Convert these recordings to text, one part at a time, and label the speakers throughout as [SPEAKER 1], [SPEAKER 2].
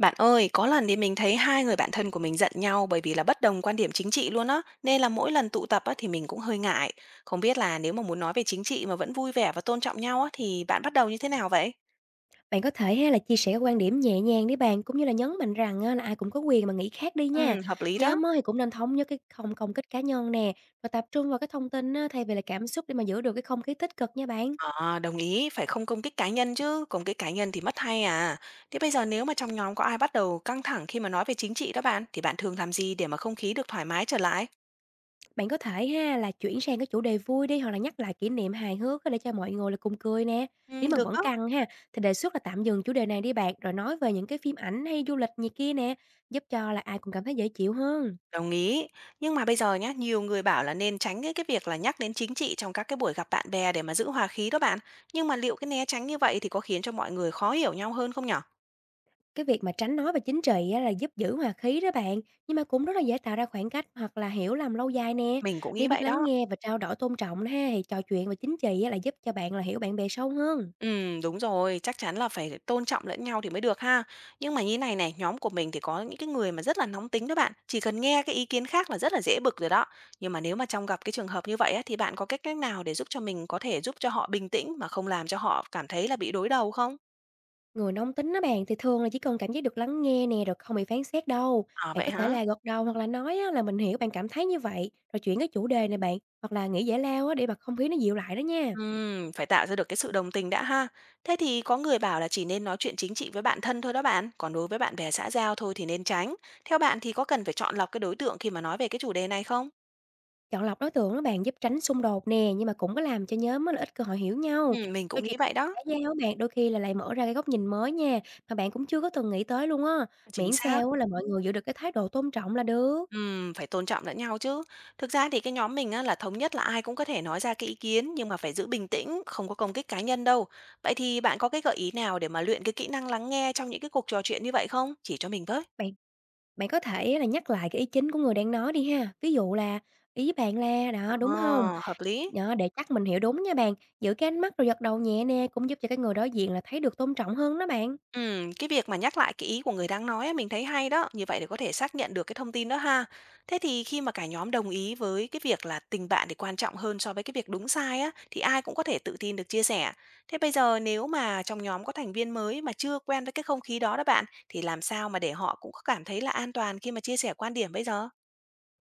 [SPEAKER 1] Bạn ơi, có lần thì mình thấy hai người bạn thân của mình giận nhau bởi vì là bất đồng quan điểm chính trị luôn á, nên là mỗi lần tụ tập á thì mình cũng hơi ngại. Không biết là nếu mà muốn nói về chính trị mà vẫn vui vẻ và tôn trọng nhau á thì bạn bắt đầu như thế nào vậy?
[SPEAKER 2] Bạn có thể ha là chia sẻ quan điểm nhẹ nhàng đi bạn, cũng như là nhấn mạnh rằng á là ai cũng có quyền mà nghĩ khác đi nha.
[SPEAKER 1] Ừ, hợp lý đó.
[SPEAKER 2] Nhóm á thì cũng nên thống nhất cái không công kích cá nhân nè, và tập trung vào cái thông tin á, thay vì là cảm xúc để mà giữ được cái không khí tích cực nha bạn.
[SPEAKER 1] À, đồng ý, phải không công kích cá nhân chứ, công kích cá nhân thì mất hay à. Thế bây giờ nếu mà trong nhóm có ai bắt đầu căng thẳng khi mà nói về chính trị đó bạn, thì bạn thường làm gì để mà không khí được thoải mái trở lại?
[SPEAKER 2] Bạn có thể ha là chuyển sang cái chủ đề vui đi hoặc là nhắc lại kỷ niệm hài hước á để cho mọi người là cùng cười nè.
[SPEAKER 1] Ừ,
[SPEAKER 2] Nếu mà
[SPEAKER 1] được
[SPEAKER 2] vẫn
[SPEAKER 1] đó.
[SPEAKER 2] căng ha thì đề xuất là tạm dừng chủ đề này đi bạn, rồi nói về những cái phim ảnh hay du lịch gì kia nè, giúp cho là ai cũng cảm thấy dễ chịu hơn.
[SPEAKER 1] Đồng ý. Nhưng mà bây giờ nhá, nhiều người bảo là nên tránh cái việc là nhắc đến chính trị trong các cái buổi gặp bạn bè để mà giữ hòa khí đó bạn. Nhưng mà liệu cái né tránh như vậy thì có khiến cho mọi người khó hiểu nhau hơn không nhở?
[SPEAKER 2] Cái việc mà tránh nói về chính trị á là giúp giữ hòa khí đó bạn, nhưng mà cũng rất là dễ tạo ra khoảng cách hoặc là hiểu lầm lâu dài nè.
[SPEAKER 1] Mình cũng nghĩ
[SPEAKER 2] Nếu biết
[SPEAKER 1] vậy
[SPEAKER 2] lắng
[SPEAKER 1] đó.
[SPEAKER 2] nghe và trao đổi tôn trọng ha thì trò chuyện về chính trị á là giúp cho bạn là hiểu bạn bè sâu hơn.
[SPEAKER 1] Đúng rồi, chắc chắn là phải tôn trọng lẫn nhau thì mới được ha. Nhưng mà như này này, nhóm của mình thì có những cái người mà rất là nóng tính đó bạn. Chỉ cần nghe cái ý kiến khác là rất là dễ bực rồi đó. Nhưng mà nếu mà trong gặp cái trường hợp như vậy á, thì bạn có cái cách nào để giúp cho mình có thể giúp cho họ bình tĩnh mà không làm cho họ cảm thấy là bị đối đầu không?
[SPEAKER 2] Người nóng tính đó bạn thì thường là chỉ cần cảm giác được lắng nghe nè rồi không bị phán xét đâu.
[SPEAKER 1] À
[SPEAKER 2] Bạn
[SPEAKER 1] vậy
[SPEAKER 2] có thể
[SPEAKER 1] hả?
[SPEAKER 2] là gật đầu hoặc là nói á là mình hiểu bạn cảm thấy như vậy, rồi chuyển cái chủ đề này bạn hoặc là nghĩ giải lao á để mà không khí nó dịu lại đó nha.
[SPEAKER 1] Phải tạo ra được cái sự đồng tình đã ha. Thế thì có người bảo là chỉ nên nói chuyện chính trị với bạn thân thôi đó bạn, còn đối với bạn bè xã giao thôi thì nên tránh. Theo bạn thì có cần phải chọn lọc cái đối tượng khi mà nói về cái chủ đề này không?
[SPEAKER 2] Chọn lọc đối tượng đó bạn giúp tránh xung đột nè, nhưng mà cũng có làm cho nhóm á là ít cơ hội hiểu nhau.
[SPEAKER 1] Mình
[SPEAKER 2] Trò
[SPEAKER 1] cũng nghĩ
[SPEAKER 2] chuyện
[SPEAKER 1] vậy đó.
[SPEAKER 2] xã giao á bạn đôi khi là lại mở ra cái góc nhìn mới nha, mà bạn cũng chưa có từng nghĩ tới luôn á.
[SPEAKER 1] Chính
[SPEAKER 2] Miễn
[SPEAKER 1] xác.
[SPEAKER 2] sao á là mọi người giữ được cái thái độ tôn trọng là được.
[SPEAKER 1] Phải tôn trọng lẫn nhau chứ. Thực ra thì cái nhóm mình á, là thống nhất là ai cũng có thể nói ra cái ý kiến nhưng mà phải giữ bình tĩnh, không có công kích cá nhân đâu. Vậy thì bạn có cái gợi ý nào để mà luyện cái kỹ năng lắng nghe trong những cái cuộc trò chuyện như vậy không? Chỉ cho mình với.
[SPEAKER 2] Bạn bạn có thể là nhắc lại cái ý chính của người đang nói đi ha. Ví dụ là ý bạn là đó đúng
[SPEAKER 1] À,
[SPEAKER 2] không?
[SPEAKER 1] hợp lý.
[SPEAKER 2] Đó, để chắc mình hiểu đúng nha bạn. Giữ cái ánh mắt rồi gật đầu nhẹ nè cũng giúp cho cái người đối diện là thấy được tôn trọng hơn đó bạn.
[SPEAKER 1] Cái việc mà nhắc lại cái ý của người đang nói á, mình thấy hay đó, như vậy để có thể xác nhận được cái thông tin đó ha. Thế thì khi mà cả nhóm đồng ý với cái việc là tình bạn thì quan trọng hơn so với cái việc đúng sai á, thì ai cũng có thể tự tin được chia sẻ. Thế bây giờ nếu mà trong nhóm có thành viên mới mà chưa quen với cái không khí đó đó bạn, thì làm sao mà để họ cũng có cảm thấy là an toàn khi mà chia sẻ quan điểm bây giờ?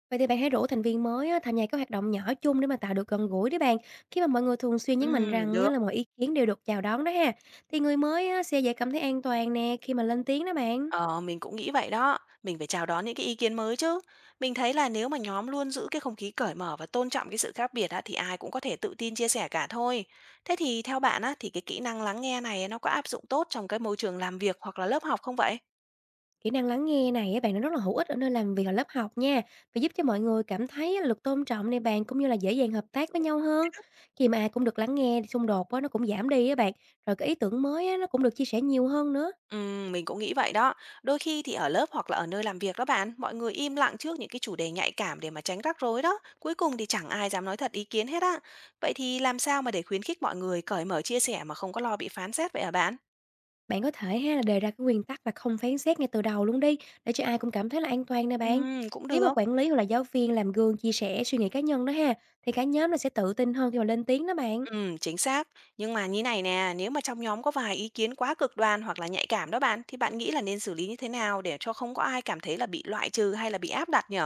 [SPEAKER 2] Vậy thì bạn hãy rủ thành viên mới á, tham gia các hoạt động nhỏ chung để mà tạo được gần gũi đấy bạn. Khi mà mọi người thường xuyên nhấn mạnh rằng
[SPEAKER 1] Được.
[SPEAKER 2] á, là mọi ý kiến đều được chào đón đó ha, thì người mới á, sẽ dễ cảm thấy an toàn nè khi mà lên tiếng đó bạn.
[SPEAKER 1] Ờ, mình cũng nghĩ vậy đó, mình phải chào đón những cái ý kiến mới chứ. Mình thấy là nếu mà nhóm luôn giữ cái không khí cởi mở và tôn trọng cái sự khác biệt á, thì ai cũng có thể tự tin chia sẻ cả thôi. Thế thì theo bạn á, thì cái kỹ năng lắng nghe này nó có áp dụng tốt trong cái môi trường làm việc hoặc là lớp học không vậy?
[SPEAKER 2] Kỹ năng lắng nghe này á, bạn nó rất là hữu ích ở nơi làm việc và lớp học nha, và giúp cho mọi người cảm thấy á, là được tôn trọng này bạn, cũng như là dễ dàng hợp tác với nhau hơn. Khi mà ai cũng được lắng nghe thì xung đột á, nó cũng giảm đi á bạn. Rồi cái ý tưởng mới á, nó cũng được chia sẻ nhiều hơn nữa.
[SPEAKER 1] Ừ, mình cũng nghĩ vậy đó. Đôi khi thì ở lớp hoặc là ở nơi làm việc đó bạn, mọi người im lặng trước những cái chủ đề nhạy cảm để mà tránh rắc rối đó. Cuối cùng thì chẳng ai dám nói thật ý kiến hết á. Vậy thì làm sao mà để khuyến khích mọi người cởi mở chia sẻ mà không có lo bị phán xét vậy hả bạn?
[SPEAKER 2] Bạn có thể ha là đề ra cái nguyên tắc là không phán xét ngay từ đầu luôn đi, để cho ai cũng cảm thấy là an toàn nè bạn.
[SPEAKER 1] Cũng
[SPEAKER 2] Nếu mà
[SPEAKER 1] được.
[SPEAKER 2] quản lý hoặc là giáo viên làm gương chia sẻ suy nghĩ cá nhân đó ha, thì cả nhóm nó sẽ tự tin hơn khi mà lên tiếng đó bạn.
[SPEAKER 1] Chính xác. Nhưng mà như này nè, nếu mà trong nhóm có vài ý kiến quá cực đoan hoặc là nhạy cảm đó bạn, thì bạn nghĩ là nên xử lý như thế nào để cho không có ai cảm thấy là bị loại trừ hay là bị áp đặt nhỉ?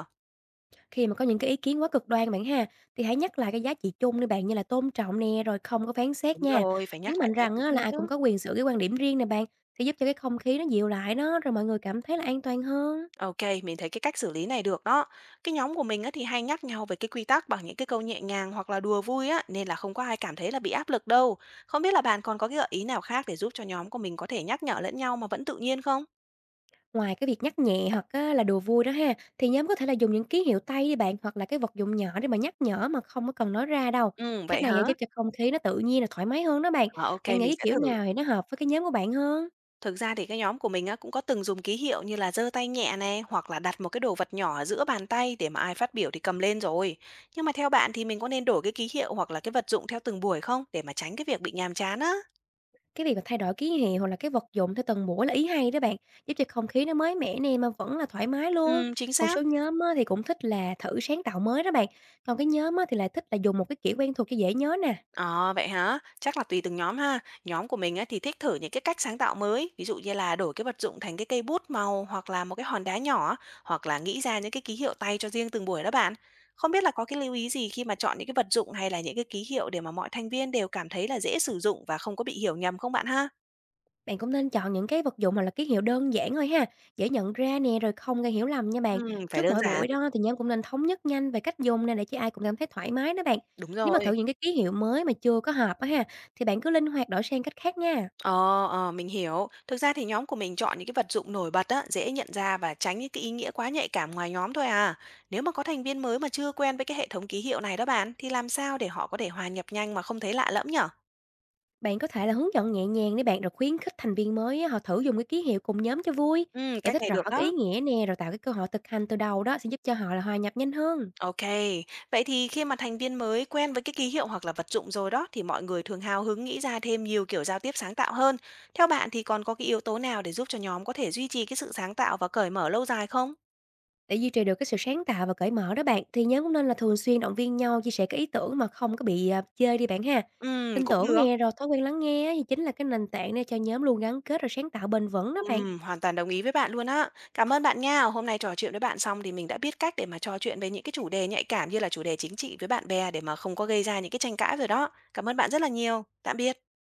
[SPEAKER 2] Khi mà có những cái ý kiến quá cực đoan bạn ha, thì hãy nhắc lại cái giá trị chung đi bạn, như là tôn trọng nè, rồi không có phán xét
[SPEAKER 1] Đúng
[SPEAKER 2] nha.
[SPEAKER 1] rồi, phải nhắc
[SPEAKER 2] Nhấn
[SPEAKER 1] lại
[SPEAKER 2] mạnh
[SPEAKER 1] giá
[SPEAKER 2] rằng
[SPEAKER 1] trị
[SPEAKER 2] á, là
[SPEAKER 1] chung
[SPEAKER 2] ai
[SPEAKER 1] chứ.
[SPEAKER 2] cũng có quyền giữ cái quan điểm riêng nè bạn, sẽ giúp cho cái không khí nó dịu lại đó, rồi mọi người cảm thấy là an toàn hơn.
[SPEAKER 1] Ok, mình thấy cái cách xử lý này được đó. Cái nhóm của mình á thì hay nhắc nhau về cái quy tắc bằng những cái câu nhẹ nhàng hoặc là đùa vui á, nên là không có ai cảm thấy là bị áp lực đâu. Không biết là bạn còn có cái gợi ý nào khác để giúp cho nhóm của mình có thể nhắc nhở lẫn nhau mà vẫn tự nhiên không?
[SPEAKER 2] Ngoài cái việc nhắc nhẹ hoặc á, là đùa vui đó ha, thì nhóm có thể là dùng những ký hiệu tay đi bạn, hoặc là cái vật dụng nhỏ để mà nhắc nhở mà không có cần nói ra đâu.
[SPEAKER 1] Ừ,
[SPEAKER 2] Cách
[SPEAKER 1] vậy
[SPEAKER 2] này
[SPEAKER 1] hả?
[SPEAKER 2] á, giúp cho không khí nó tự nhiên là thoải mái hơn đó bạn.
[SPEAKER 1] Ờ, ok,
[SPEAKER 2] Bạn nghĩ
[SPEAKER 1] mình
[SPEAKER 2] cái
[SPEAKER 1] sẽ
[SPEAKER 2] kiểu
[SPEAKER 1] thử.
[SPEAKER 2] nào thì nó hợp với cái nhóm của bạn hơn?
[SPEAKER 1] Thực ra thì cái nhóm của mình á, cũng có từng dùng ký hiệu như là giơ tay nhẹ này hoặc là đặt một cái đồ vật nhỏ ở giữa bàn tay để mà ai phát biểu thì cầm lên rồi. Nhưng mà theo bạn thì mình có nên đổi cái ký hiệu hoặc là cái vật dụng theo từng buổi không để mà tránh cái việc bị nhàm chán á?
[SPEAKER 2] Cái việc mà thay đổi ký hiệu hoặc là cái vật dụng theo từng buổi là ý hay đó bạn, giúp cho không khí nó mới mẻ nè mà vẫn là thoải mái luôn.
[SPEAKER 1] Ừ, chính
[SPEAKER 2] Một
[SPEAKER 1] xác.
[SPEAKER 2] số nhóm á, thì cũng thích là thử sáng tạo mới đó bạn, còn cái nhóm á, thì lại thích là dùng một cái kiểu quen thuộc cho dễ nhớ nè.
[SPEAKER 1] Ờ, vậy hả? Chắc là tùy từng nhóm ha. Nhóm của mình á, thì thích thử những cái cách sáng tạo mới, ví dụ như là đổi cái vật dụng thành cái cây bút màu hoặc là một cái hòn đá nhỏ hoặc là nghĩ ra những cái ký hiệu tay cho riêng từng buổi đó bạn. Không biết là có cái lưu ý gì khi mà chọn những cái vật dụng hay là những cái ký hiệu để mà mọi thành viên đều cảm thấy là dễ sử dụng và không có bị hiểu nhầm không bạn ha?
[SPEAKER 2] Bạn cũng nên chọn những cái vật dụng hoặc là ký hiệu đơn giản thôi ha, dễ nhận ra nè, rồi không gây hiểu lầm nha
[SPEAKER 1] Ừ,
[SPEAKER 2] bạn.
[SPEAKER 1] phải
[SPEAKER 2] Trước
[SPEAKER 1] đơn
[SPEAKER 2] mỗi
[SPEAKER 1] giản.
[SPEAKER 2] buổi đó thì nhóm cũng nên thống nhất nhanh về cách dùng nè, để cho ai cũng cảm thấy thoải mái đó bạn.
[SPEAKER 1] Đúng
[SPEAKER 2] Nếu mà
[SPEAKER 1] rồi.
[SPEAKER 2] thử những cái ký hiệu mới mà chưa có hợp á ha, thì bạn cứ linh hoạt đổi sang cách khác nha.
[SPEAKER 1] Ờ, ờ, mình hiểu. Thực ra thì nhóm của mình chọn những cái vật dụng nổi bật á, dễ nhận ra và tránh những cái ý nghĩa quá nhạy cảm ngoài nhóm thôi à. Nếu mà có thành viên mới mà chưa quen với cái hệ thống ký hiệu này đó bạn, thì làm sao để họ có thể hòa nhập nhanh mà không thấy lạ lẫm nhở?
[SPEAKER 2] Bạn có thể là hướng dẫn nhẹ nhàng để bạn, rồi khuyến khích thành viên mới á, họ thử dùng cái ký hiệu cùng nhóm cho vui.
[SPEAKER 1] Ừ,
[SPEAKER 2] Giải
[SPEAKER 1] cách
[SPEAKER 2] thích
[SPEAKER 1] này
[SPEAKER 2] rõ
[SPEAKER 1] được
[SPEAKER 2] cái
[SPEAKER 1] đó.
[SPEAKER 2] ý nghĩa nè, rồi tạo cái cơ hội thực hành từ đầu đó sẽ giúp cho họ là hòa nhập nhanh hơn.
[SPEAKER 1] Ok, vậy thì khi mà thành viên mới quen với cái ký hiệu hoặc là vật dụng rồi đó thì mọi người thường hào hứng nghĩ ra thêm nhiều kiểu giao tiếp sáng tạo hơn. Theo bạn thì còn có cái yếu tố nào để giúp cho nhóm có thể duy trì cái sự sáng tạo và cởi mở lâu dài không?
[SPEAKER 2] Để duy trì được cái sự sáng tạo và cởi mở đó bạn, thì nhóm cũng nên là thường xuyên động viên nhau chia sẻ cái ý tưởng mà không có bị, chê đi bạn ha.
[SPEAKER 1] Ừ,
[SPEAKER 2] Tin
[SPEAKER 1] cũng
[SPEAKER 2] tưởng
[SPEAKER 1] được.
[SPEAKER 2] nè, rồi thói quen lắng nghe á thì chính là cái nền tảng để cho nhóm luôn gắn kết rồi sáng tạo bền vững đó bạn.
[SPEAKER 1] Hoàn toàn đồng ý với bạn luôn á. Cảm ơn bạn nha. Hôm nay trò chuyện với bạn xong thì mình đã biết cách để mà trò chuyện về những cái chủ đề nhạy cảm như là chủ đề chính trị với bạn bè để mà không có gây ra những cái tranh cãi rồi đó. Cảm ơn bạn rất là nhiều. Tạm biệt.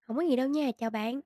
[SPEAKER 2] Không có gì đâu nha, chào bạn.